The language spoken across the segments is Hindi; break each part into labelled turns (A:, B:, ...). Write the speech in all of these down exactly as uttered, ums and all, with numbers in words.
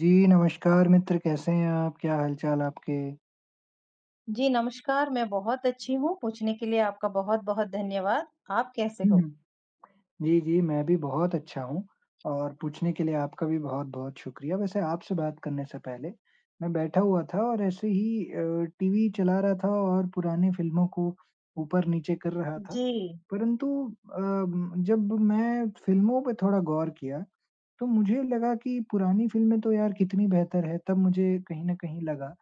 A: जी, नमस्कार मित्र, कैसे हैं आप? क्या हाल-चाल आपके?
B: जी, नमस्कार, मैं बहुत अच्छी हूँ, पूछने के लिए आपका बहुत-बहुत धन्यवाद। आप कैसे
A: हुँ,
B: हो?
A: हुँ। जी, जी, मैं भी बहुत अच्छा हूँ और पूछने के लिए आपका भी बहुत-बहुत शुक्रिया। वैसे आपसे बात करने से पहले, मैं बैठा हुआ था और ऐसे ही अ, टीवी चला रहा था और पुरानी फ़िल्मों को ऊपर-नीचे कर रहा था।
B: जी,
A: परंतु अम, जब मैं फ़िल्मों पे थोड़ा गौर किया, तो मुझे लगा कि पुरानी फ़िल्में तो यार कितनी बेहतर है, तब मुझे कहीं न कहीं लगा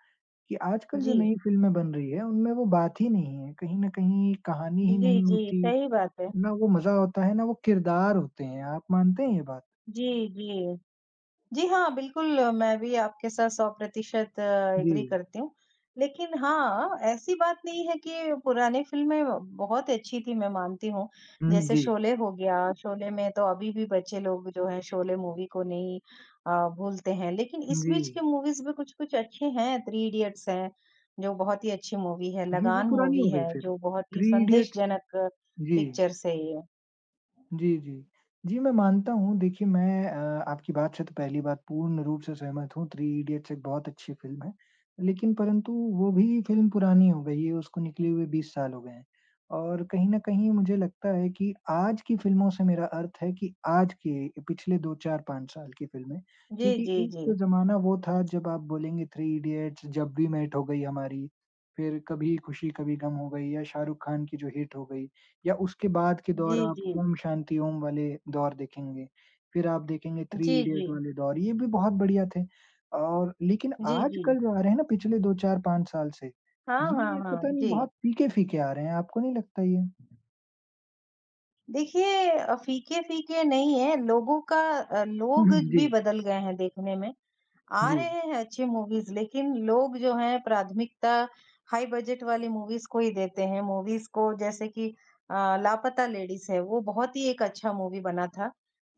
A: कि आजकल जो
B: जी।
A: नई फ़िल्में बन रही है, उनमें वो बात ही नहीं है। कहीं न कहीं कहानी ही
B: जी,
A: नहीं
B: जी,
A: होती,
B: सही बात है।
A: ना वो मज़ा होता है, ना वो किरदार होते हैं। आप मानते हैं ये बात?
B: जी, जी। जी हाँ, बिल्कुल अ, मैं भी आपके साथ सौ परसेंट
A: जी।
B: एग्री करती हूँ। लेकिन हाँ, ऐसी बात नहीं है कि पुरानी फ़िल्में बहुत अच्छी थी, मैं मानती हूँ।
A: हुँ,
B: जैसे
A: जी।
B: शोले हो गया, शोले में तो अभी भी बच्चे लोग जो हैं शोले मूवी को नहीं अ, भूलते हैं। लेकिन इस
A: जी।
B: बीच के मूवीज़ भी कुछ-कुछ अच्छे हैं, थ्री इडियट्स है, जो बहुत ही अच्छी मूवी है,
A: जी, वो
B: लगान
A: पुरानी हो
B: मूवी
A: गई
B: है,
A: फिर।
B: जो बहुत ही
A: थ्री इडियट।
B: संदेशजनक
A: जी।
B: पिक्चर्स है ये।
A: जी, जी। जी, मैं मानता हूँ। देखिए, मैं अ, आपकी बात से तो पहली बात पूर्ण रूप से सहमत हूँ, थ्री इडियट्स एक बहुत अच्छी फ़िल्म है। लेकिन परंतु वो भी फ़िल्म पुरानी हो गई है, उसको निकले हुए बीस साल हो गए हैं। और कहीं न कहीं मुझे लगता है कि आज की फ़िल्मों से मेरा अर्थ है कि आज के पिछले दो, चार, पाँच साल की फ़िल्में।
B: जी,
A: क्योंकि
B: जी, जी।
A: एक ज़माना वो था जब आप बोलेंगे थ्री इडियट्स, जब वी मेट हो गई हमारी, फिर कभी खुशी कभी गम हो गई या शाहरुख खान की जो हिट हो गई। या उसके बाद के
B: जी,
A: दौर आप
B: जी।
A: ओम शांति ओम वाले दौर देखेंगे, फिर आप देखेंगे थ्री
B: जी, जी।
A: इडियट वाले दौर, ये भी बहुत बढ़िया थे। और लेकिन
B: जी, जी।
A: आजकल जो आ रहे हैं ना पिछले दो, चार, पाँच साल से,
B: हाँ, हाँ,
A: ये
B: हाँ,
A: पता नहीं
B: जी।
A: बहुत फीके-फीके आ रहे हैं, आपको नहीं लगता ये?
B: देखिए अ, फीके-फीके नहीं है, लोगों का अ, लोग
A: हुँ, जी,
B: भी बदल गए हैं देखने में। आ रहे
A: जी,
B: हैं अच्छी मूवीज़ लेकिन लोग जो हैं प्राथमिकता हाई बजट वाली मूवीज़ को ही देते हैं। मूवीज़ को जैसे कि अ, लापता लेडीज़ है, वो बहुत ही एक अच्छा मूवी बना था।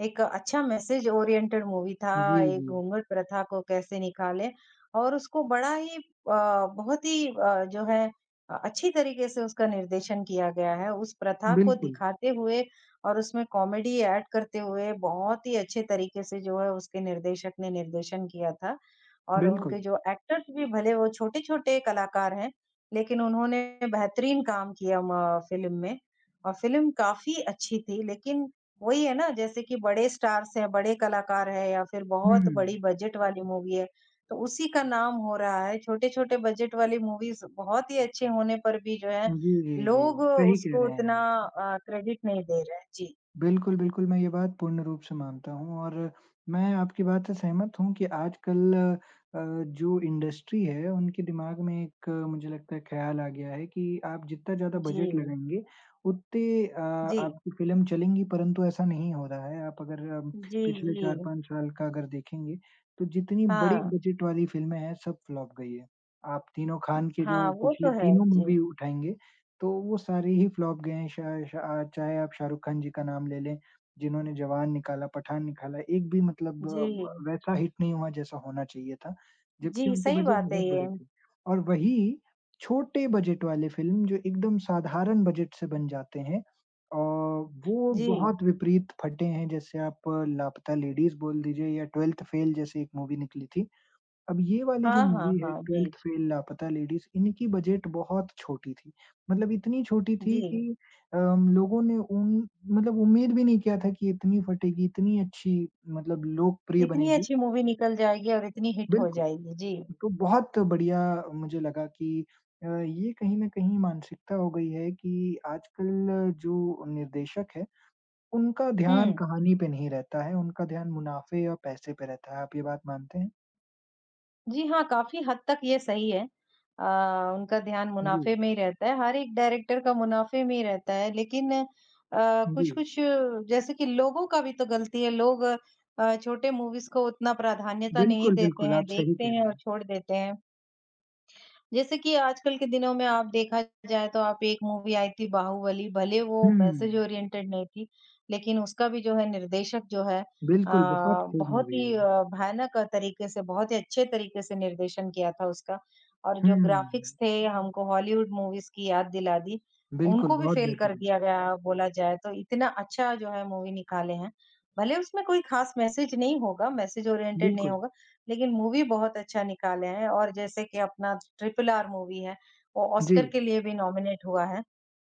B: एक अच्छा मैसेज ओरिएंटेड मूवी था,
A: जी,
B: एक
A: जी।
B: घूंघट प्रथा को कैसे निकालें और उसको बड़ा ही अ, बहुत ही अ, जो है अ, अच्छी तरीके से उसका निर्देशन किया गया है। उस प्रथा को
A: बिल्कुल,
B: दिखाते हुए और उसमें कॉमेडी ऐड करते हुए बहुत ही अच्छे तरीके से जो है उसके निर्देशक ने निर्देशन किया था। और उनके
A: बिल्कुल।
B: जो एक्टर्स भी भले वो छोटे-छोटे कलाकार हैं, लेकिन उन्होंने बेहतरीन काम किया म फ़िल्म में और फ़िल्म काफ़ी अच्छी थी। लेकिन वही है ना जैसे कि बड़े स्टार्स हैं, बड़े कलाकार हैं या फिर
A: हुँ,
B: बहुत बड़ी बजट वाली मूवी है, तो उसी का नाम हो रहा है। छोटे-छोटे बजट वाली मूवीज़ बहुत ही अच्छे होने पर भी जो है,
A: जी, जी, जी।
B: लोग
A: सही कह
B: उसको
A: रहे हैं
B: उतना
A: आप।
B: अ, क्रेडिट नहीं दे रहे हैं। जी,
A: बिल्कुल, बिल्कुल, मैं ये बात पूर्ण रूप से मानता हूँ और मैं आपकी बात से सहमत हूँ कि आजकल अ, जो इंडस्ट्री है, उनके दिमाग में एक मुझे लगता है ख़्याल आ गया है कि आप जितना ज़्यादा
B: जी,
A: बजट लगाएँगे, उतने अ,
B: जी,
A: आपकी फ़िल्म चलेंगी, परंतु ऐसा नहीं हो रहा है। आप अगर अम,
B: जी,
A: पिछले
B: जी।
A: चार पाँच साल का अगर देखेंगे, तो जितनी बड़ी
B: हाँ,
A: बजट वाली फ़िल्में हैं, सब फ्लॉप गई है। आप तीनों खान के
B: हाँ,
A: जो
B: वो
A: पिछले
B: तो है।
A: तीनों
B: जी,
A: मूवी उठाएँगे, तो वो सारी ही फ्लॉप गए हैं। शाह शाह चाहे आप शाहरुख खान जी का नाम ले लें, जिन्होंने जवान निकाला, पठान निकाला, एक भी मतलब
B: जी,
A: अ, वैसा हिट नहीं हुआ जैसा होना चाहिए था, जबकि
B: जी,
A: उनके
B: सही
A: बजट
B: बात है
A: बहुत
B: ये।
A: बड़े थे। और वही छोटे बजट वाले फ़िल्म जो एकदम साधारण बजट से बन जाते हैं अ, वो
B: जी,
A: बहुत विपरीत फटे हैं। जैसे आप अ, लापता लेडीज़ बोल दीजिए या ट्वेल्थ फ़ेल जैसी एक मूवी निकली थी। अब ये वाली
B: हाँ,
A: जो
B: हाँ,
A: मूवी है
B: हाँ। जी,
A: ट्वेल्थ फेल लापता लेडीज़ इनकी बजट बहुत छोटी थी। मतलब इतनी छोटी थी
B: जी।
A: कि अम, लोगों ने उन मतलब उम्मीद भी नहीं किया था कि इतनी फटेगी, इतनी अच्छी मतलब लोकप्रिय
B: इतनी
A: बनेगी।
B: अच्छी मूवी निकल जाएगी और इतनी हिट हो
A: बिल्कुल,
B: जाएगी। जी,
A: तो बहुत बढ़िया मुझे लगा कि अ, ये कहीं न कहीं मानसिकता हो गई है कि आजकल जो निर्देशक है, उनका ध्यान
B: हुँ।
A: कहानी पे नहीं रहता है, उनका ध्यान मुनाफ़े और पैसे पे रहता है। आप ये बात मानते हैं?
B: जी हाँ, काफ़ी हद तक ये सही है। अ, उनका ध्यान
A: जी,
B: मुनाफ़े में ही रहता है, हर एक डायरेक्टर का मुनाफ़े में ही रहता है। लेकिन अ,
A: जी।
B: कुछ-कुछ जैसे कि लोगों का भी तो गलती है, लोग अ, छोटे मूवीज़ को उतना प्राधान्यता नहीं
A: बिल्कुल,
B: देते
A: बिल्कुल,
B: हैं,
A: आप सही
B: देखते
A: कह रहे
B: हैं और
A: हैं।
B: छोड़ देते हैं। जैसे कि आजकल के दिनों में आप देखा जाए तो आप एक मूवी आई थी बाहुबली, भले
A: हुँ,
B: वो मैसेज ओरिएंटेड नहीं थी, लेकिन उसका भी जो है निर्देशक जो है अ,
A: बिल्कुल, बहुत खूब
B: बहुत
A: मूवी है
B: ही
A: वो।
B: अ, भयानक तरीके से, बहुत ही अच्छे तरीके से निर्देशन किया था उसका और
A: हुँ,
B: जो ग्राफ़िक्स थे हमको हॉलीवुड मूवीज़ की याद दिला दी,
A: बिल्कुल,
B: उनको भी
A: बहुत
B: फ़ेल कर
A: बेहतरीन।
B: दिया गया बोला जाए तो इतना अच्छा जो है मूवी निकाले हैं। भले उसमें कोई ख़ास मैसेज नहीं होगा, मैसेज ओरिएंटेड नहीं
A: बिल्कुल,
B: होगा, लेकिन मूवी बहुत अच्छा निकाले हैं और जैसे कि अपना ट्रिपल आर मूवी है, वो
A: जी,
B: ऑस्कर के लिए भी नॉमिनेट हुआ है।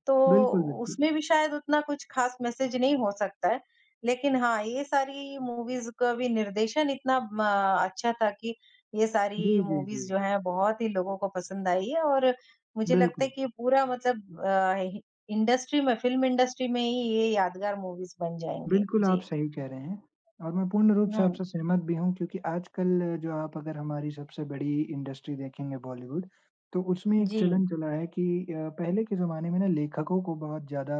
B: तो
A: बिल्कुल, बिल्कुल।
B: उसमें भी शायद उतना कुछ खास मैसेज नहीं हो सकता है, लेकिन हाँ, ये सारी मूवीज़ का भी निर्देशन इतना म अच्छा था कि ये
A: जी,
B: सारी
A: जी,
B: मूवीज़
A: जी,
B: जो हैं बहुत ही लोगों को पसंद आई है और मुझे लगता
A: बिल्कुल।
B: है कि पूरा मतलब अ, हि इंडस्ट्री में फ़िल्म इंडस्ट्री में ही ये यादगार मूवीज़ बन जाएँगे।
A: बिल्कुल, आप
B: जी।
A: सही कह रहे हैं और मैं पूर्ण रूप से
B: हुँ।
A: आपसे सहमत भी हूँ क्योंकि आजकल जो आप अगर हमारी सबसे बड़ी इंडस्ट्री देखेंगे बॉलीवुड, तो उसमें एक
B: जी।
A: चलन चला है कि अ, पहले के ज़माने में ना लेखकों को बहुत ज़्यादा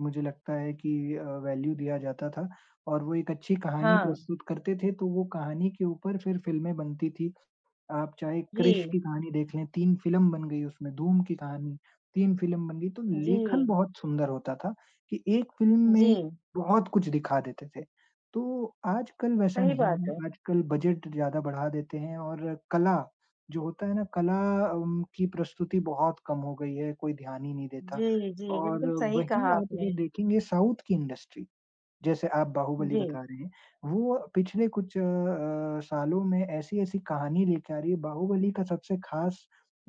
A: मुझे लगता है कि अ, वैल्यू दिया जाता था और वो एक अच्छी कहानी
B: हाँ।
A: प्रस्तुत करते थे, तो वो कहानी के ऊपर फिर फ़िल्में बनती थी। आप चाहे
B: जी।
A: क्रिश की कहानी देख लें, तीन फ़िल्म बन गई उसमें, धूम की कहानी, तीन फ़िल्म बन गई, तो
B: जी।
A: लेखन बहुत सुंदर होता था कि एक फ़िल्म
B: जी,
A: में बहुत कुछ दिखा देते थे। तो आजकल वैसा
B: सही
A: नहीं
B: बात
A: है,
B: है।
A: आजकल बजट ज़्यादा बढ़ा देते हैं और कला जो होता है ना, कला अम, की प्रस्तुति बहुत कम हो गई है, कोई ध्यान ही नहीं देता।
B: जी, जी,
A: और
B: बिल्कुल सही कहा
A: वहीं आप
B: आपने।
A: अगर देखेंगे साउथ की इंडस्ट्री, जैसे आप बाहुबली
B: जी,
A: बता रहे हैं, वो पिछले कुछ अ अ, सालों में ऐसी-ऐसी कहानी लेके आ रही है, बाहुबली का सबसे खास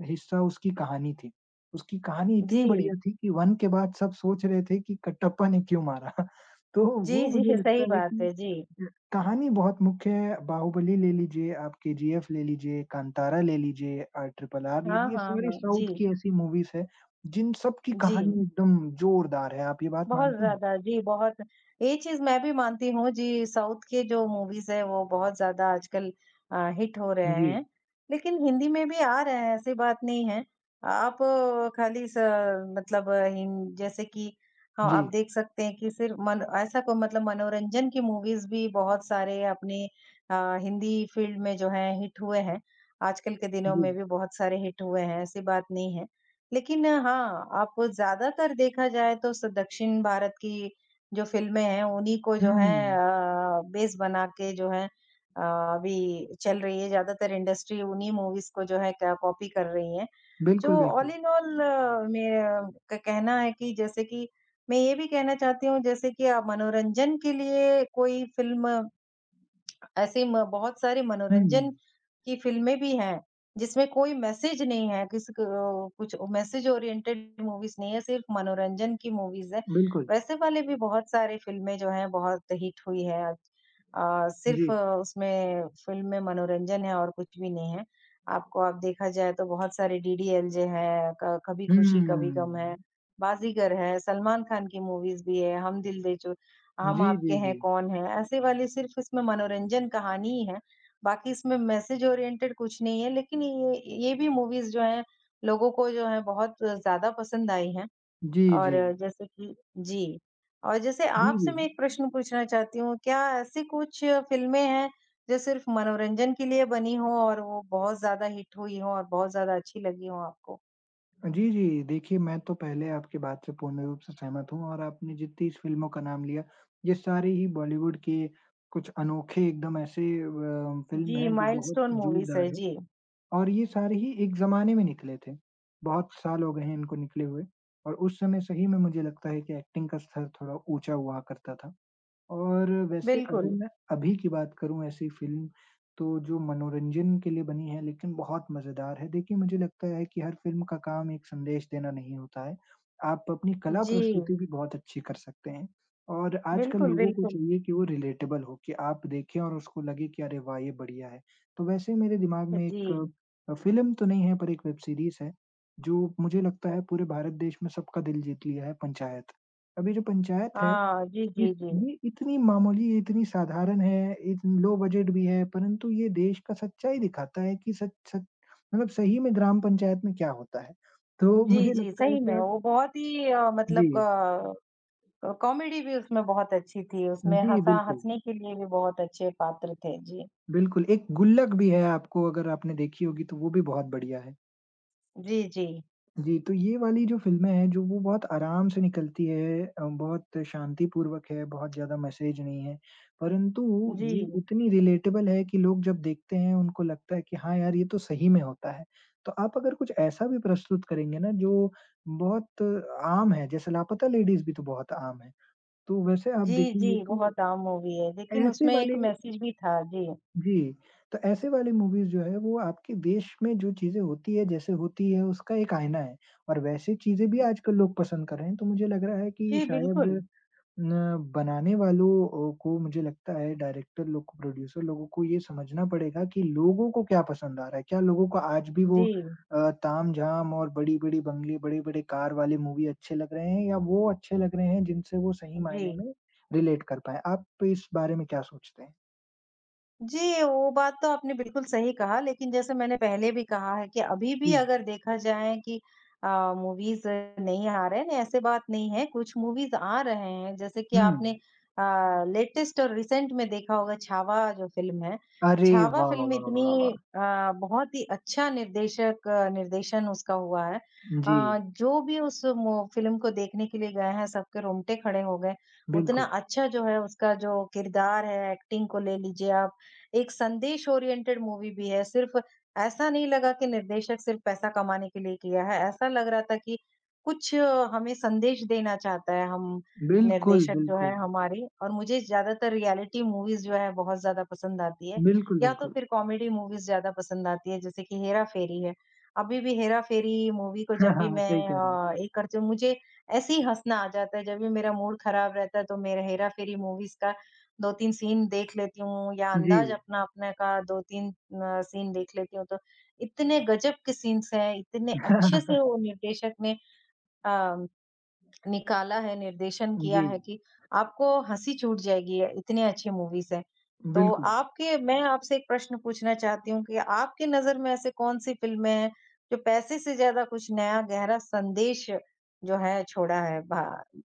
A: हिस्सा उसकी कहानी थी। उसकी कहानी
B: जी,
A: इतनी बढ़िया थी कि वन के बाद सब सोच रहे थे कि कटप्पा ने क्यों मारा? तो
B: जी,
A: वो मुझे
B: जी, सही
A: लगता है
B: बात है।
A: कि
B: जी।
A: अ, कहानी बहुत मुख्य है, बाहुबली ले लीजिए, आप केजीएफ ले लीजिए, कांतारा ले लीजिए, अ, ट्रिपल आर ले
B: हाँ,
A: लीजिए,
B: हाँ,
A: सारी
B: हाँ। जी,
A: साउथ की ऐसी मूवीज़ हैं, जिन सब की
B: जी।
A: कहानी एकदम जोरदार है। आप ये बात
B: बहुत
A: मानते हैं?
B: ज़्यादा, जी, बहुत ये चीज़ मैं भी मानती हूँ जी, साउथ के जो मूवीज़ हैं वो बहुत ज़्यादा आजकल अ, हिट हो रहे
A: जी,
B: हैं। लेकिन हिंदी में भी आ रहे हैं, ऐसी बात नहीं है। आप आ, खाली स मतलब हिन जैसे कि हाँ,
A: जी।
B: आप देख सकते हैं कि सिर्फ मन ऐसा को मतलब मनोरंजन की मूवीज़ भी बहुत सारे अपने अ, हिंदी फ़ील्ड में जो हैं हिट हुए हैं। आजकल के दिनों
A: जी।
B: में भी बहुत सारे हिट हुए हैं, ऐसी बात नहीं है। लेकिन हाँ, आप ज़्यादातर देखा जाए तो स दक्षिण भारत की जो फ़िल्में हैं, उन्हीं को जो है
A: हुँ।
B: अ, बेस बना के जो है अ, अभी चल रही है, ज़्यादातर इंडस्ट्री उन्हीं मूवीज़ को जो है क कॉपी कर रही है। जो
A: बिल्कुल, बिल्कुल।
B: ऑल इन ऑल मेरा क कहना है कि जैसे कि मैं ये भी कहना चाहती हूँ जैसे कि आप मनोरंजन के लिए कोई फ़िल्म ऐसे म बहुत सारे
A: हुँ,
B: मनोरंजन की फ़िल्में भी हैं, जिसमें कोई मैसेज नहीं है, किसी क अ, कुछ मैसेज ओरिएंटेड मूवीज़ नहीं है, सिर्फ़ मनोरंजन की मूवीज़ है।
A: बिल्कुल।
B: वैसे वाले भी बहुत सारे फ़िल्में जो हैं, बहुत हिट हुई हैं। अ,
A: जी।
B: सिर्फ़ उसमें फ़िल्म में मनोरंजन है और कुछ भी नहीं है। आपको अब देखा जाए तो बहुत सारे डीडीएलजे हैं, क कभी
A: हुँ।
B: खुशी कभी गम है, बाज़ीगर है, सलमान खान की मूवीज़ भी है, हम दिल दे चु हम
A: जी,
B: आपके
A: जी,
B: हैं,
A: जी।
B: कौन है? ऐसे वाली सिर्फ़ इसमें मनोरंजन कहानी ही है, बाकी इसमें मैसेज ओरिएंटेड कुछ नहीं है। लेकिन ये ये भी मूवीज़ जो हैं, लोगों को जो है बहुत ज़्यादा पसंद आई हैं
A: जी,
B: और
A: जी।
B: जैसे कि जी, और जैसे
A: जी,
B: आपसे
A: जी।
B: मैं एक प्रश्न पूछना चाहती हूँ, क्या ऐसी कुछ फ़िल्में हैं, जो सिर्फ़ मनोरंजन के लिए बनी हों और वो बहुत ज़्यादा हिट हुई हों और बहुत ज़्यादा अच्छी लगी हों आपको?
A: जी, जी। देखिए, मैं तो पहले आपकी बात से पूर्ण रूप से सहमत हूँ और आपने जितनी इस फ़िल्मों का नाम लिया, ये सारे ही बॉलीवुड के कुछ अनोखे एकदम ऐसे अ, फ़िल्म
B: जी,
A: हैं जो बहुत
B: माइलस्टोन मूवीज़ है।
A: जोरदार हैं
B: जी,
A: और ये सारे ही एक ज़माने में निकले थे। बहुत साल हो गए हैं इनको निकले हुए और उस समय सही में मुझे लगता है कि एक्टिंग का स्तर थोड़ा ऊँचा हुआ करता था। और वैसे अगर
B: बिल्कुल।
A: मैं अभी की बात करूँ ऐसी फ़िल्म, तो जो मनोरंजन के लिए बनी है लेकिन बहुत मज़ेदार है। देखिए, मुझे लगता है कि हर फ़िल्म का काम एक संदेश देना नहीं होता है। आप अपनी कला
B: जी,
A: प्रस्तुति भी बहुत अच्छी कर सकते हैं और आजकल
B: बिल्कुल,
A: लोगों को
B: बिल्कुल।
A: चाहिए कि वो रिलेटेबल हो, कि आप देखें और उसको लगे कि अरे वाह! ये बढ़िया है। तो वैसे मेरे दिमाग में
B: जी।
A: एक अ, फ़िल्म तो नहीं है पर एक वेब सीरीज़ है, जो मुझे लगता है पूरे भारत देश में सबका दिल जीत लिया है, पंचायत। अब ये जो पंचायत है
B: हाँ, जी, जी,
A: इस
B: जी।
A: ये इतनी मामूली, ये इतनी साधारण है, इत लो बजट भी है, परंतु ये देश का सच्चाई दिखाता है कि सच सच मतलब सही में ग्राम पंचायत में क्या होता है। तो
B: जी,
A: मुझे
B: जी,
A: लगता है
B: सही
A: कि
B: में
A: आप
B: वो बहुत ही अ, मतलब
A: जी,
B: क कॉमेडी भी उसमें बहुत अच्छी थी, उसमें
A: जी
B: हँसा
A: बिल्कुल,
B: हँसने के लिए भी बहुत अच्छे पात्र थे। जी।
A: बिल्कुल। एक गुल्लक भी है आपको अगर आपने देखी होगी तो वो भी बहुत बढ़िया है।
B: जी, जी।
A: जी, तो ये वाली जो फ़िल्में हैं, जो वो बहुत आराम से निकलती है अ, बहुत शांतिपूर्वक है, बहुत ज़्यादा मैसेज नहीं है। परंतु ये
B: जी।
A: इतनी रिलेटेबल है कि लोग जब देखते हैं, उनको लगता है कि हाँ यार, ये तो सही में होता है। तो आप अगर कुछ ऐसा भी प्रस्तुत करेंगे ना, जो बहुत आम है, जैसे लापता लेडीज़ भी तो बहुत आम है। तो वैसे आप
B: जी, जी,
A: देखेंगे तो
B: बहुत आम मूवी है, लेकिन
A: ऐसे
B: उसमें एक
A: वाले
B: मैसेज भी था। जी।
A: जी, तो ऐसे वाली मूवीज़ जो है वो आपके देश में जो चीज़ें होती है, जैसे होती है उसका एक आईना है और वैसी चीज़ें भी आजकल लोग पसंद कर रहे हैं। तो मुझे लग रहा है कि
B: जी,
A: शायद
B: बिल्कुल।
A: न बनाने वालों अ, को मुझे लगता है डायरेक्टर लोग को, प्रोड्यूसर लोगों को ये समझना पड़ेगा कि लोगों को क्या पसंद आ रहा है। क्या लोगों को आज भी
B: जी,
A: वो अ, तामझाम और बड़ी-बड़ी बंगले, बड़े-बड़े कार वाले मूवी अच्छे लग रहे हैं या वो अच्छे लग रहे हैं जिनसे वो सही
B: जी।
A: मायने में रिलेट कर पाएँ। आप इस बारे में क्या सोचते हैं?
B: जी, वो बात तो आपने बिल्कुल सही कहा, लेकिन जैसे मैंने पहले भी कहा है कि अभी भी
A: जी।
B: अगर देखा जाए कि अ, मूवीज़ नहीं आ रहे हैं, ऐसे बात नहीं है, कुछ मूवीज़ आ रहे हैं। जैसे कि
A: हुँ।
B: आपने अ, लेटेस्ट और रिसेंट में देखा होगा छावा जो फ़िल्म है,
A: अरे
B: छावा
A: वाह,
B: फ़िल्म
A: वाह, वाह,
B: इतनी
A: वाह!
B: अ, बहुत ही अच्छा निर्देशक आ, निर्देशन उसका हुआ है।
A: जी,
B: अ, जो भी उस मू फ़िल्म को देखने के लिए गए हैं, सबके रोंगटे खड़े हो गए। उतना
A: बिल्कुल।
B: अच्छा जो है उसका जो किरदार है, एक्टिंग को ले लीजिए आप एक संदेश ओरिएंटेड मूवी भी है, सिर्फ़ ऐसा नहीं लगा कि निर्देशक सिर्फ़ पैसा कमाने के लिए किया है, ऐसा लग रहा था कि कुछ अ, हमें संदेश देना चाहता है हम
A: बिल्कुल,
B: निर्देशक जो
A: बिल्कुल।
B: है हमारे और मुझे ज़्यादातर रियलिटी मूवीज़ जो है बहुत ज़्यादा पसंद आती है,
A: बिल्कुल,
B: या तो
A: बिल्कुल।
B: फिर कॉमेडी मूवीज़ ज़्यादा पसंद आती है जैसे कि हेरा-फेरी है। अभी भी हेरा-फेरी मूवी को जब भी मैं
A: सही कह रहे हैं।
B: अ, एक करती हूँ मुझे ऐसे ही हँसना आ जाता है, जब भी मेरा मूड ख़राब रहता है तो मेरा हेरा-फेरी मूवीज़ का दो तीन सीन देख लेती हूँ या
A: जी।
B: अंदाज़ अपना-अपने का दो तीन अ, सीन देख लेती हूँ, तो इतने गज़ब के सीन्स हैं, इतने अच्छे से वो निर्देशक ने अ, निकाला है, निर्देशन किया
A: जी,
B: है कि आपको हँसी छूट जाएगी, इतनी अच्छी मूवीज़ हैं। तो
A: बिल्कुल।
B: आपके मैं आपसे एक प्रश्न पूछना चाहती हूँ कि आपकी नज़र में ऐसे कौन-सी फ़िल्में हैं, जो पैसे से ज़्यादा कुछ नया गहरा संदेश जो है छोड़ा है? भा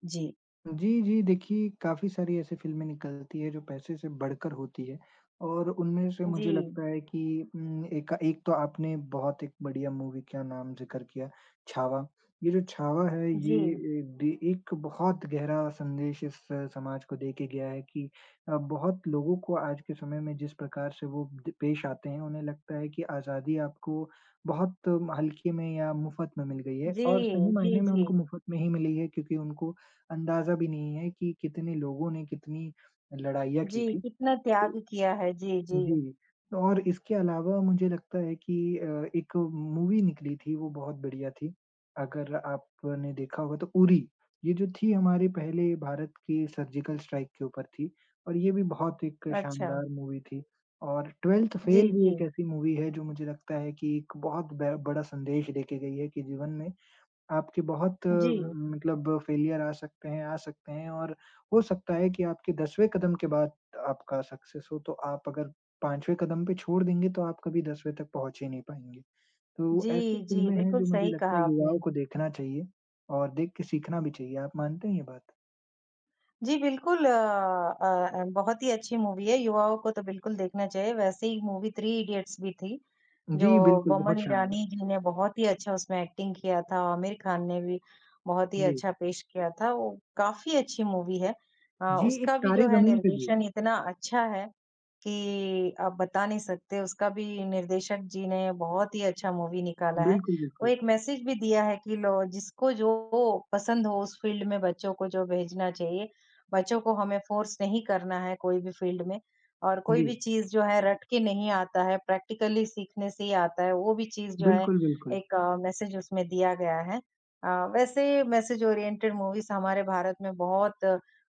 B: जी।
A: जी, जी। देखिए, काफ़ी सारी ऐसी फ़िल्में निकलती हैं जो पैसे से बढ़कर होती है और उनमें से
B: जी।
A: मुझे लगता है कि उम, एक एक तो आपने बहुत एक बढ़िया मूवी का नाम ज़िक्र किया, छावा। ये जो छावा है ये
B: जी।
A: एक दी एक बहुत गहरा संदेश इस अ, समाज को दे के गया है कि अ, बहुत लोगों को आज के समय में जिस प्रकार से वो द पेश आते हैं, उन्हें लगता है कि आज़ादी आपको बहुत अम, हल्के में या मुफ़्त में मिल गई है
B: जी,
A: और सही
B: जी,
A: मायने में
B: जी।
A: उनको मुफ़्त में ही मिली है क्योंकि उनको अंदाज़ा भी नहीं है कि कितने लोगों ने कितनी लड़ाइयाँ की
B: जी,
A: थी।
B: कितना
A: तो
B: त्याग किया है। जी, जी।
A: जी, तो और इसके अलावा मुझे लगता है कि अ, एक मूवी निकली थी वो बहुत बढ़िया थी। अगर आपने देखा होगा तो उरी, ये जो थी हमारे पहले भारत के सर्जिकल स्ट्राइक के ऊपर थी और ये भी बहुत एक
B: अच्छा।
A: शानदार मूवी थी। और ट्वेल्थ
B: जी,
A: फेल भी
B: जी।
A: एक ऐसी मूवी है जो मुझे लगता है कि एक बहुत ब बड़ा संदेश देके गई है कि जीवन में आपके बहुत अ,
B: जी।
A: मतलब फेलियर आ सकते हैं आ सकते हैं और हो सकता है कि आपके दसवें कदम के बाद आपका सक्सेस हो, तो आप अगर पाँचवें कदम पे छोड़ देंगे तो आप कभी दसवें तक पहुँच ही नहीं पाएँगे। तो
B: जी,
A: ऐसी
B: जी,
A: फ़िल्में हैं
B: बिल्कुल
A: जो मुझे
B: सही
A: लगता
B: कहा
A: है
B: आपने।
A: युवाओं को देखना चाहिए और देख के सीखना भी चाहिए। आप मानते हैं ये बात?
B: जी, बिल्कुल अ अ, अ, बहुत ही अच्छी मूवी है, युवाओं को तो बिल्कुल देखना चाहिए। वैसे ही मूवी थ्री इडियट्स भी थी, जो
A: जी, बिल्कुल,
B: बोमन
A: बहुत शानदार।
B: ईरानी जी ने बहुत ही अच्छा उसमें एक्टिंग किया था, और आमिर खान ने भी बहुत ही
A: जी।
B: अच्छा पेश किया था। वो काफ़ी अच्छी मूवी है। अ,
A: जी, एक
B: उसका भी
A: तारे
B: जो है
A: ज़मीन पे भी है।
B: निर्देशन इतना अच्छा है कि आप बता नहीं सकते, उसका भी निर्देशक जी ने बहुत ही अच्छा मूवी निकाला है।
A: बिल्कुल,
B: वो
A: बिल्कुल।
B: एक मैसेज भी दिया है कि लो जिसको जो पसंद हो उस फील्ड में बच्चों को जो भेजना चाहिए। बच्चों को हमें फ़ोर्स नहीं करना है कोई भी फील्ड में और कोई
A: जी।
B: भी चीज़ जो है रट के नहीं आता है, प्रैक्टिकली सीखने से ही आता है, वो भी चीज़ जो है
A: बिल्कुल, बिल्कुल।
B: एक मैसेज उसमें दिया गया है। अ, वैसे मैसेज ओरिएंटेड मूवीज़ हमारे भारत में बहुत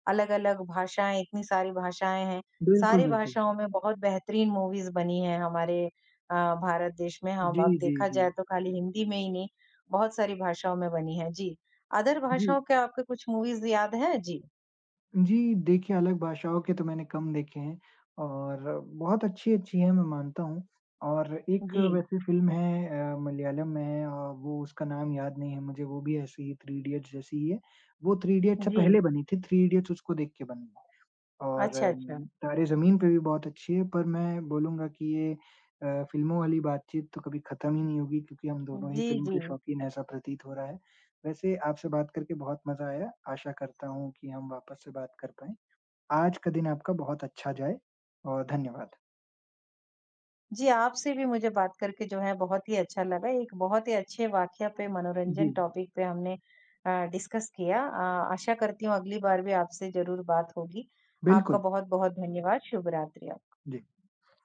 B: अलग-अलग भाषाएँ, इतनी सारी भाषाएँ हैं।
A: बिल्कुल,
B: सारी
A: बिल्कुल।
B: भाषाओं में बहुत बेहतरीन मूवीज़ बनी हैं हमारे अ, भारत देश में। हम
A: जी,
B: अब
A: जी,
B: देखा
A: जी।
B: जाए तो खाली हिंदी में ही नहीं, बहुत सारी भाषाओं में बनी है। जी, अदर
A: जी।
B: भाषाओं के आपके कुछ मूवीज़ याद हैं? जी।
A: जी, देखिए अलग भाषाओं के तो मैंने कम देखे हैं और बहुत अच्छी-अच्छी हैं मैं मानता हूँ और एक
B: जी,
A: वैसे फ़िल्म है अ, मलयालम में है अ, वो उसका नाम याद नहीं है मुझे, वो भी ऐसे ही थ्री इडियट्स जैसी ही है। वो थ्री इडियट्स से
B: जी।
A: पहले बनी थी, थ्री इडियट्स उसको देख के बनी है। और
B: अच्छा, अच्छा।
A: अम, तारे ज़मीन पे भी बहुत अच्छी है, पर मैं बोलूँगा कि ये अ, फ़िल्मों वाली बातचीत तो कभी ख़त्म ही नहीं होगी क्योंकि हम दोनों ही
B: जी,
A: फ़िल्म
B: जी।
A: के शौकीन हैं, ऐसा प्रतीत हो रहा है। वैसे आपसे बात करके बहुत मज़ा आया, आशा करता हूँ कि हम वापस से बात कर पाएँ। आज का दिन आपका बहुत अच्छा जाए और धन्यवाद।
B: जी, आपसे भी मुझे बात करके जो है बहुत ही अच्छा लगा। एक बहुत ही अच्छे वाक़या पे मनोरंजन
A: जी,
B: टॉपिक पे हमने अ, डिस्कस किया। अ, आशा करती हूँ अगली बार भी आपसे ज़रूर बात होगी। आपका
A: बिल्कुल।
B: बहुत-बहुत धन्यवाद। शुभ रात्रि।
A: जी।